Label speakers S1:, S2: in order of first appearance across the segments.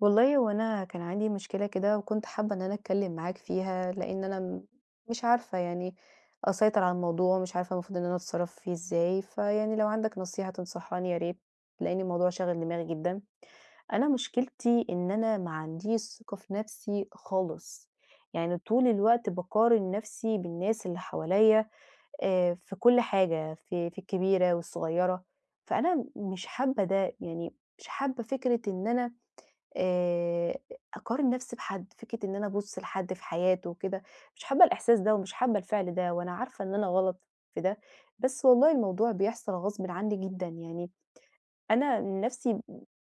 S1: والله هو أنا كان عندي مشكلة كده وكنت حابة إن أنا أتكلم معاك فيها، لإن أنا مش عارفة يعني أسيطر على الموضوع، مش عارفة المفروض إن أنا أتصرّف فيه إزاي، فيعني لو عندك نصيحة تنصحاني يا ريت، لإن الموضوع شاغل دماغي جدًا. أنا مشكلتي إن أنا ما عنديش ثقة في نفسي خالص، يعني طول الوقت باقارن نفسي بالناس اللي حواليّا في كل حاجة، في الكبيرة والصغيرة، فأنا مش حابة ده، يعني مش حابة فكرة إن أنا آآ أقارن نفسي بحد، فكرة إن أنا أبُص لحد في حياته وكده، مش حابة الإحساس ده ومش حابة الفعل ده، وأنا عارفة إن أنا غلط في ده، بس والله الموضوع بيحصل غصبٍ عني جدًا يعني أنا من نَفْسي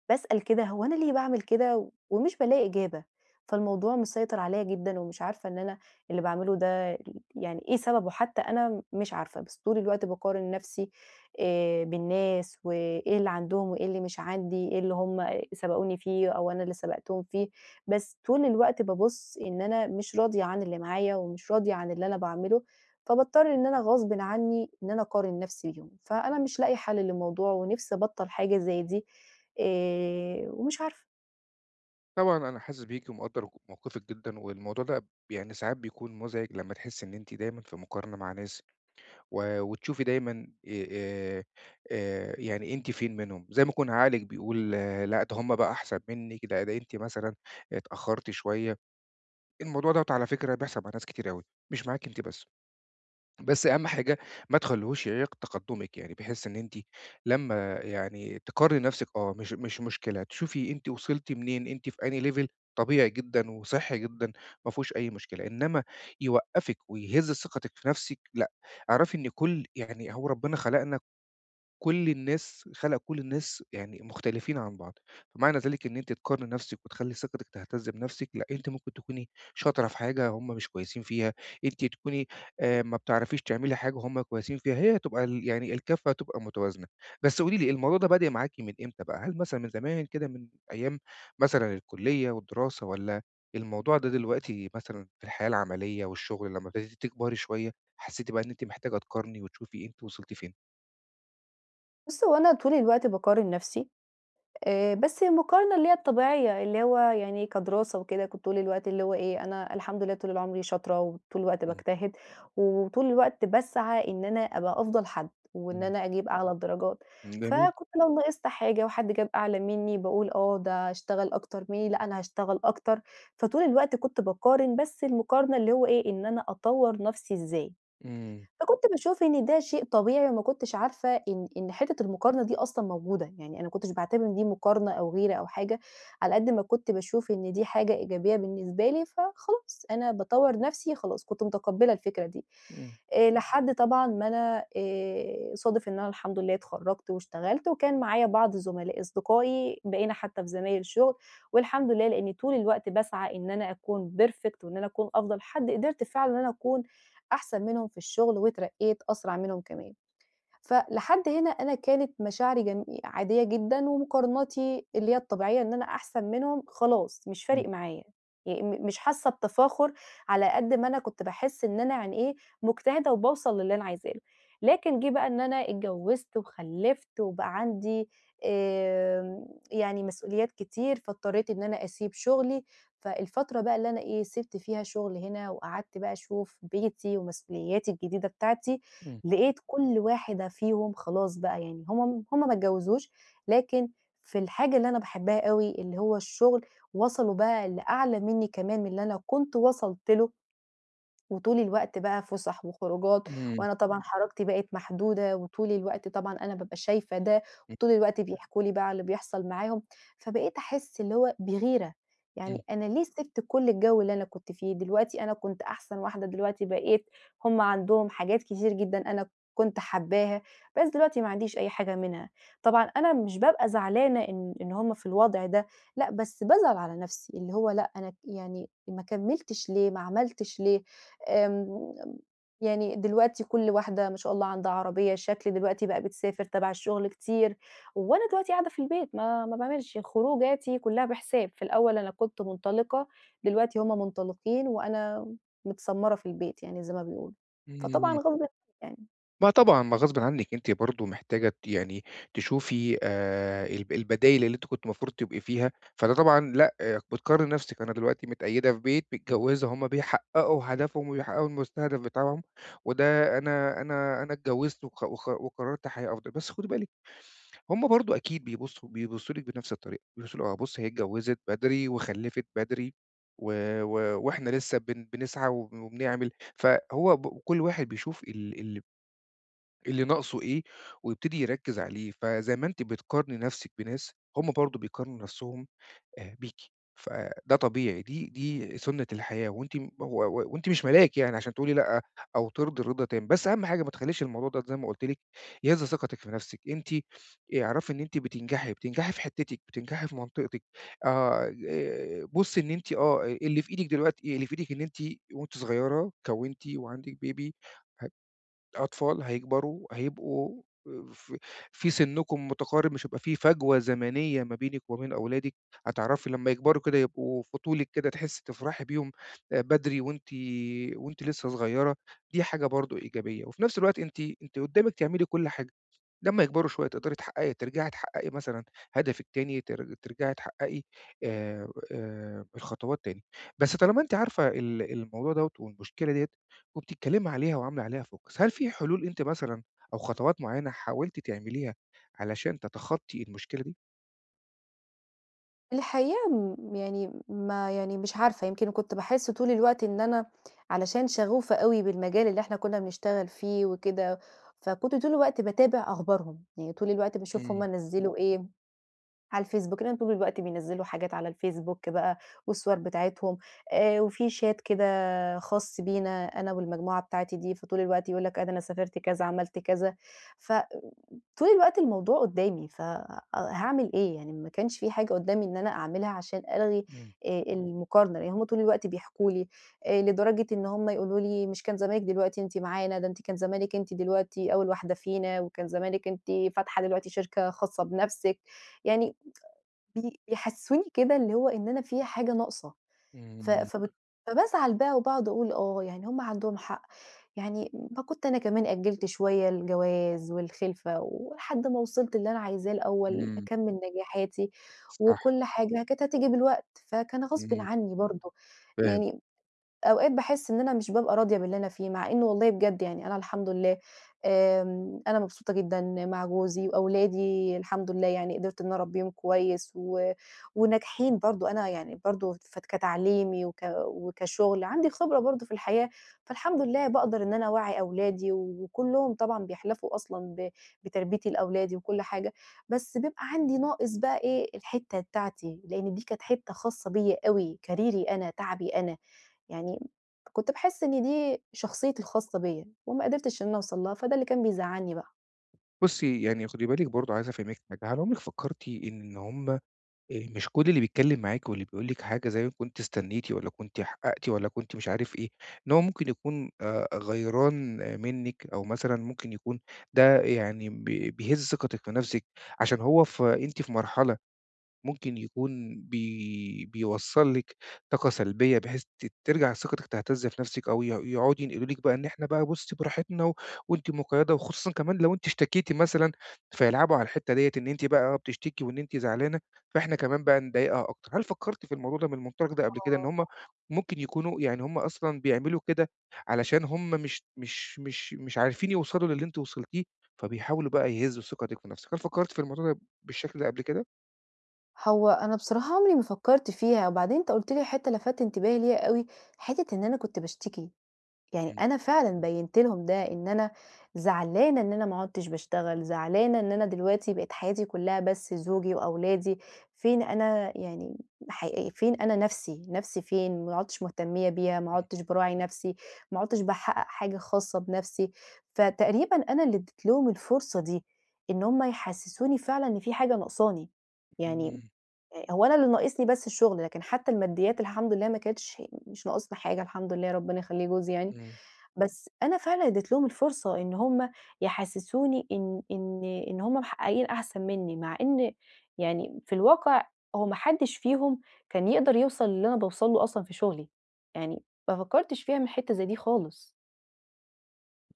S1: باسأل كده هو أنا ليه باعمل كده ومش بالاقي إجابة، فالموضوع مسيطر عليّا جدًا ومش عارفة إن أنا اللي باعمله ده ال يعني إيه سببه حتى أنا مش عارفة، بس طول الوقت باقارن نَفْسي بالناس وإيه اللي عندهم وإيه اللي مش عندي، إيه اللي هم سبقوني فيه أو أنا اللي سبقتهم فيه، بس طول الوقت بابُص إن أنا مش راضية عن اللي معايا ومش راضية عن اللي أنا باعمله فباضطر إن أنا غصبٍ عني إن أنا أقارن نفسي بيهم، فأنا مش لاقية حل للموضوع ونفسي أبطّل حاجة زي دي، ومش عارفة.
S2: طبعًا أنا حاسس بيكِ ومقدّر موقفِك جدًا، والموضوع ده يعني ساعات بيكون مزعج لمّا تحسّي إن أنتِ دايمًا في مقارنة مع ناس، وتشوفي دايمًا يعني أنتِ فين منهم، زي ما يكون عقلِك بيقول آه، لأ ده هُم بقى أحسن منِّك، لأ ده أنتِ مثلًا اتأخّرتِ شوية، الموضوع دوّة على فكرة بيحصل مع ناس كتير أوي، مش معاكِ أنتِ بس. بس أهم حاجة ما تخلّيهوش يعيق تقدُّمِك، يعني بحيث إن أنتِ لمّا يعني تقارني نَفْسِك آه، مش مشكلة، تشوفي أنتِ وصلتِ منين، أنتِ في أنهي level طبيعي جدًا وصحّي جدًا ما فيهوش أي مشكلة، إنّما يوقّفِك ويهِز ثقتِك في نَفْسِك لأ، اعرفي إن كل يعني هو ربنا خلقنا كل الناس يعني مختلفين عن بعض، فمعنى ذلك إن أنتِ تقارني نفسِك وتخلّي ثقتِك تهتز بنفسِك، لأ أنتِ ممكن تكوني شاطرة في حاجة هم مش كويسين فيها، أنتِ تكوني ما بتعرفيش تعملي حاجة وهم كويسين فيها، هي هتبقى يعني الكفة هتبقى متوازنة. بس قولي لي الموضوع ده بادئ معاكِ من إمتى بقى؟ هل مثلًا من زمان كده من أيام مثلًا الكلية والدراسة والّا الموضوع ده دلوقتي مثلًا في الحياة العملية والشغل لمّا ابتديتِ تكبري شوية، حسيتِ بقى إن أنتِ محتاجة تقارني وتشوفي أنتِ وصلتِ فين؟
S1: بُصّ، هو أنا طول الوقت باقارن نفسي، بس المقارنة اللي هي الطبيعية، اللي هو يعني كدراسة وكده كنت طول الوقت اللي هو إيه، أنا الحمد لله طول العمر شاطرة، وطول الوقت باجتهد، وطول الوقت باسعى إن أنا أبقى أفضل حد، وإن
S2: إمم.
S1: أنا أجيب أعلى الدرجات،
S2: جميل.
S1: فكنت لو نقصت حاجة وحد جاب أعلى مني باقول آه، ده اشتغل أكتر مني، لأ أنا هاشتغل أكتر، فطول الوقت كنت باقارن، بس المقارنة اللي هو إيه، إن أنا أطور نفسي إزاي.
S2: إمم،
S1: فكنت باشوف إن ده شيء طبيعي وما كنتش عارفة إن حتّة المقارنة دي أصلًا موجودة، يعني أنا ما كنتش باعتبر إن دي مقارنة أو غيرة أو حاجة، على قد ما كنت باشوف إن دي حاجة إيجابية بالنسبة لي، فخلاص أنا باطوّر نَفْسي خلاص كنت متقبّلة الفكرة دي.
S2: إمم،
S1: لحد طبعًا ما أنا صادف إن أنا الحمد لله اتخرّجت واشتغلت وكان معايا بعض زملاء أصدقائي، بقينا حتّى في زمايل شُغل والحمد لله لإنّي طول الوقت باسعى إن أنا أكون perfect وإن أنا أكون أفضل حد، قدرت فعلًا إن أنا أكون أحسن منهم في الشغل واترقيت أسرع منهم كمان. فلحد هنا أنا كانت مشاعري جم عادية جدًا، ومقارناتي اللي هي الطبيعية إن أنا أحسن منهم خلاص مش
S2: إمم،
S1: فارق معايا، ي م مش حاسة بتفاخر على قد ما أنا كنت باحس إن أنا يعني إيه، مجتهدة وباوصل للي أنا عايزاه له. لكن جه بقى إن أنا اتجوزت وخلّفت وبقى عندي آمم، يعني مسؤوليات كتير، فاضطريت إن أنا أسيب شغلي، فالفترة بقى اللي أنا إيه، سِبت فيها شغل هنا وقعدت بقى أشوف بيتي ومسؤولياتي الجديدة بتاعتي،
S2: إمم،
S1: لقيت كل واحدة فيهم خلاص بقى يعني هم ما اتجوزوش، لكن في الحاجة اللي أنا باحبها أوي اللي هو الشغل، وصلوا بقى لأعلى منّي كمان من اللي أنا كنت وصلت له وطول الوقت بقى فُسح وخروجات،
S2: إمم،
S1: وأنا طبعًا حركتي بقت محدودة، وطول الوقت طبعًا أنا بابقى شايفة ده، وطول الوقت بيحكوا لي بقى على اللي بيحصل معاهم، فبقيت أحس اللي هو بغيرة، يعني أنا ليه سِبت كل الجو اللي أنا كنت فيه؟ دلوقتي أنا كنت أحسن واحدة، دلوقتي بقيت هم عندهم حاجات كتير جدًا أنا كنت حاباها، بس دلوقتي ما عنديش أي حاجة منها، طبعًا أنا مش بابقى زعلانة إن هم في الوضع ده، لأ، بس بازعل على نفسي، اللي هو لأ، أنا يعني ما كمّلتش ليه، ما عملتش ليه؟ آمم، يعني دلوقتي كل واحدة ما شاء الله عندها عربية، شكل دلوقتي بقى بتسافر تبع الشغل كتير، وأنا دلوقتي قاعدة في البيت ما باعملش، خروجاتي كلها بحساب، في الأول أنا كنت منطلقة، دلوقتي هُم منطلقين وأنا متسمرة في البيت يعني زي ما بيقولوا،
S2: إمم،
S1: فطبعًا
S2: إمم.
S1: غصبٍ عنّي يعني.
S2: ما طبعًا، ما غصبٍ عنِّك أنتِ برضه محتاجة يعني تشوفي البدايل اللي أنتِ كنتِ المفروض تبقي فيها، فده طبعًا لأ، بتقارني نَفْسِك، أنا دلوقتي متقيّدة في بيت، متجوّزة، هم بيحققوا هدفهم وبيحققوا المستهدف بتاعهم، وده أنا اتجوّزت وخ وخ وقررت حياة أفضل، بس خُدي بالِك هم برضه أكيد بيبصوا لِك بنفس الطريقة، بيبصوا لِك آه بُص هي اتجوّزت بدري وخلّفت بدري و و وإحنا لسه بنسعى وبنعمل، فهو ب كل واحد بيشوف ال ال اللي ناقصه إيه ويبتدي يركّز عليه، فزي ما أنتِ بتقارني نفسِك بناس، هم برضه بيقارنوا نفسهم بيكِ، فده طبيعي دي سُنّة الحياة وأنتِ م و و وأنتِ مش ملاك يعني عشان تقولي لأ أو ترضي الرضا تام، بس أهم حاجة ما تخلّيش الموضوع ده زي ما قُلت لِك يهز ثقتِك في نَفْسِك، أنتِ اعرفي إن أنتِ بتنجحي، بتنجحي في حتتِك، بتنجحي في منطقتِك، آه بُصّي إن أنتِ آه اللي في إيدِك إن أنتِ وأنتِ صغيرة كوّنتِ وعندِك baby ه أطفال هيكبروا هيبقوا ف في سنكم متقارب، مش هيبقى في فجوة زمنية ما بينِك وما بين أولادِك، هتعرفي لمّا يكبروا كده يبقوا في طولِك كده تحسّي تفرحي بيهم بدري وأنتِ لسه صغيّرة، دي حاجة برضه إيجابية، وفي نفس الوقت أنتِ قدّامِك تعملي كل حاجة. لمّا يكبروا شوية تقدري ترجعي تحققي مثلًا هدفِك تاني، ترجعي تحققي الخطوات تاني. بس طالما أنتِ عارفة الموضوع دوّة والمشكلة ديّة وبتتكلمي عليها وعاملة عليها focus، هل في حلول أنتِ مثلًا أو خطوات معيّنة حاولتِ تعمليها علشان تتخطي المشكلة دي؟
S1: الحقيقة م يعني ما يعني مش عارفة، يمكن كنت باحس طول الوقت إن أنا علشان شغوفة أوي بالمجال اللي إحنا كنا بنشتغل فيه وكده، فكنت طول الوقت باتابع أخبارهم، يعني طول الوقت باشوف هم
S2: إمم،
S1: نزّلوا إيه على الفيسبوك، لإن طول الوقت بينزّلوا حاجات على الفيسبوك بقى والصور بتاعتهم، وفي chat كده خاص بينا أنا والمجموعة بتاعتي دي، فطول الوقت يقول لك أنا سافرت كذا، عملت كذا، ف طول الوقت الموضوع قدّامي، فهاعمل إيه؟ يعني ما كانش في حاجة قدّامي إن أنا أعملها عشان ألغي
S2: إمم،
S1: المقارنة، لإن هُم طول الوقت بيحكوا لي، لدرجة إن هُم يقولوا لي: "مش كان زمانِك دلوقتي أنتِ معانا، ده أنتِ كان زمانِك أنتِ دلوقتي أول واحدة فينا، وكان زمانِك أنتِ فاتحة دلوقتي شركة خاصة بنفسِك." يعني بيحسّسوني كده اللي هو إن أنا في حاجة ناقصة، ف
S2: إمم،
S1: فبت فبازعل بقى وباقعد أقول آه، يعني هم عندهم حق، يعني ما كنت أنا كمان أجّلت شوية الجواز والخِلفة ولحد ما وصلت اللي أنا عايزاه الأول،
S2: إمم،
S1: أكمّل نجاحاتي
S2: صح،
S1: وكل حاجة كانت هتيجي بالوقت، فكان غصبٍ
S2: إمم،
S1: عني برضه،
S2: فاهم.
S1: يعني أوقات باحس إن أنا مش بابقى راضية باللي أنا فيه، مع إنه والله بجد يعني أنا الحمد لله أنا مبسوطة جدًا مع جوزي وأولادي الحمد لله يعني قدرت إن أنا أربيهم كويس و وناجحين برضه، أنا يعني برضه كتعليمي وكشغل، عندي خبرة برضه في الحياة، فالحمد لله باقدر إن أنا أوعّي أولادي وكلّهم طبعًا بيحلفوا أصلًا بتربيتي لأولادي وكل حاجة، بس بيبقى عندي ناقص بقى إيه، الحتّة بتاعتي، لإن دي كانت حتّة خاصة بيّا أوي، كاريري أنا، تعبي أنا. يعني كنت باحس إن دي شخصيتي الخاصة بيّا، وما قدرتش إن أنا أوصل لها، فده اللي كان بيزعّلني بقى.
S2: بُصي يعني خدي بالِك برضه عايز أفهمِك حاجة، هل عمرِك فكرتِ إن هُم مش كل اللي بيتكلّم معاكِ واللي بيقول لِك حاجة زي ما كنتِ استنيتِ والّا كنتِ حققتِ والّا كنتِ مش عارف إيه، إن هو ممكن يكون غيران آه، منِّك أو مثلًا ممكن يكون ده يعني ب بيهز ثقتِك في نَفْسِك عشان هو ف أنتِ في مرحلة ممكن يكون بيوصّل لِك طاقة سلبية بحيث ترجع ثقتِك تهتز في نَفْسِك أو يقعدوا ينقلوا لِك بقى إن إحنا بقى بُصّي براحتنا وأنتِ مقيّدة وخصوصًا كمان لو أنتِ اشتكيتِ مثلًا، فيلعبوا على الحتّة ديّة إن أنتِ بقى بتشتكي وإن أنتِ زعلانة، فإحنا كمان بقى نضايقها أكتر. هل فكّرتِ في الموضوع ده من المنطلق ده قبل كده إن
S1: آه.
S2: هم ممكن يكونوا يعني هم أصلًا بيعملوا كده علشان هم مش عارفين يوصلوا للي أنتِ وصلتيه، فبيحاولوا بقى يهزّوا ثقتِك في نَفْسِك. هل فكّرتِ في الموضوع ده بالشكل ده قبل كده؟
S1: هو أنا بصراحة عمري ما فكّرت فيها، وبعدين أنت قُلت لي حتّة لفَتّ انتباهي ليها أوي، حتّة إن أنا كنت باشتكي. يعني أنا فعلًا بيّنت لهم ده، إن أنا زعلانة إن أنا ما عُدتش باشتغل، زعلانة إن أنا دلوقتي بقت حياتي كلّها بس زوجي وأولادي، فين أنا يعني حقيقي فين أنا نَفْسي، نَفْسي فين، ما عُدتش مهتمية بيها، ما عُدتش باراعي نَفْسي، ما عُدتش باحقق حاجة خاصة بنَفْسي، فتقريبًا أنا اللي ادّيت لهم الفرصة دي، إن هُم يحسّسوني فعلًا إن في حاجة ناقصاني، يعني
S2: إمم،
S1: هو أنا اللي ناقصني بس الشغل، لكن حتى الماديات الحمد لله ما كانتش مش ناقصنا حاجة الحمد لله ربنا يخلّيه جوزي يعني،
S2: إمم.
S1: بس أنا فعلًا ادّيت لهم الفرصة إن هم يحسّسوني إن هم محققين أحسن منّي، مع إن يعني في الواقع هو ما حدّش فيهم كان يقدر يوصل للي أنا باوصل له أصلًا في شغلي، يعني ما فكّرتش فيها من حتّة زي دي خالص.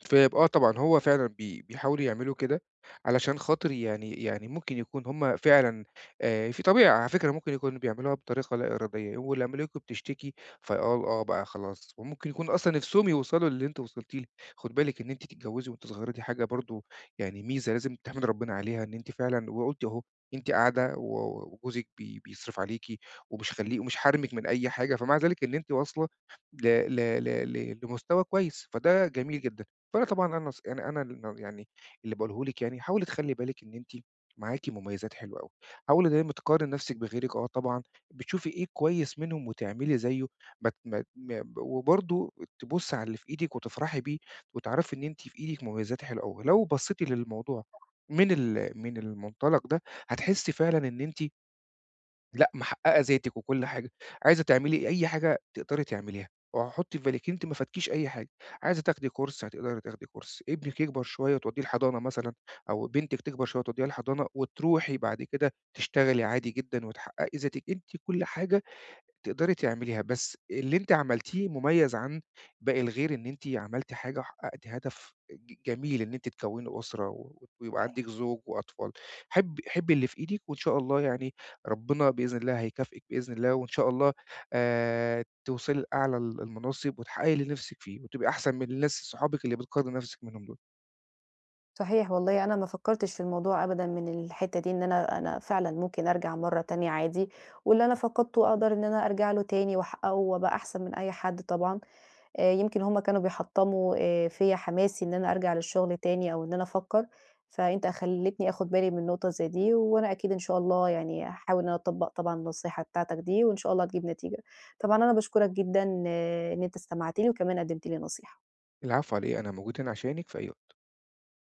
S2: فيبقى آه طبعًا، هو فعلًا بيحاولوا يعملوا كده علشان خاطر يعني ممكن يكون هم فعلًا في طبيعي على فكرة ممكن يكونوا بيعملوها بطريقة لا إرادية، والملاكم بتشتكي فقال آه بقى خلاص، وممكن يكونوا أصلًا نِفْسهم يوصلوا للي أنتِ وصلتِ له، خُدي بالِك إن أنتِ تتجوّزي وأنتِ صغيرة دي حاجة برضه يعني ميزة لازم تحمدي ربنا عليها إن أنتِ فعلًا وقُلتِ أهو، أنتِ قاعدة وجوزِك بيصرف عليكِ ومش حارمِك من أي حاجة، فمع ذلك إن أنتِ واصلة ل ل ل ل لمستوى كويس، فده جميل جدًا. فأنا طبعًا أنا نص يعني أنا ن يعني اللي باقوله لِك يعني حاولي تخلّي بالِك إن أنتِ معاكِ مميزات حلوة أوي، حاولي دايمًا تقارني نفسِك بغيرِك آه طبعًا، بتشوفي إيه كويس منهم وتعملي زيه، ما ت ما ما ب- وبرضه تبُصّي على اللي في إيدِك وتفرحي بيه، وتعرفي إن أنتِ في إيدِك مميزات حلوة أوي، لو بصيتِ للموضوع من المنطلق ده، هتحسّي فعلًا إن أنتِ لأ، محققة ذاتِك وكل حاجة، عايزة تعملي أي حاجة تقدري تعمليها، وحُطّي في بالِك أنتِ ما فاتكيش أي حاجة، عايزة تاخدي كورس هتقدري تاخدي كورس، ابنِك يكبر شوية وتودّيه الحضانة مثلًا، أو بنتِك تكبر شوية وتودّيها الحضانة، وتروحي بعد كده تشتغلي عادي جدًا وتحققي ذاتِك، أنتِ كل حاجة تقدري تعمليها، بس اللي أنتِ عملتيه مميز عن باقي الغير، إن أنتِ عملتِ حاجة وحققتِ هدف جميل إن أنتِ تكوّني أسرة ويبقى عندِك زوج وأطفال. حبّي اللي في إيدِك، وإن شاء الله يعني ربنا بإذن الله هيكافئِك بإذن الله، وإن شاء الله توصلي لأعلى المناصب وتحققي اللي نِفْسِك فيه، وتبقي أحسن من الناس صحابِك اللي بتقارني نَفْسِك منهم دول.
S1: صحيح والله أنا ما فكّرتش في الموضوع أبدًا من الحتّة دي، إن أنا فعلًا ممكن أرجع مرّة تانية عادي، واللي
S2: إمم.
S1: أنا فقدته أقدر إن أنا أرجع له تاني وأحققه وأبقى أحسن من أي حد طبعًا، يمكن هُم كانوا بيحطّموا فيّا حماسي إن أنا أرجع للشغل تاني أو إن أنا أفكّر، فأنت خلّيتني آخُد بالي من نقطة زي دي، وأنا أكيد إن شاء الله يعني هاحاول إن أنا أطبّق طبعًا النصيحة بتاعتك دي، وإن شاء الله هتجيب نتيجة. طبعًا أنا باشكرك جدًا آه، إن أنت استمعت لي وكمان قدّمت لي نصيحة.
S2: العفو على إيه، أنا موجود هنا عشانِك في أي وقت.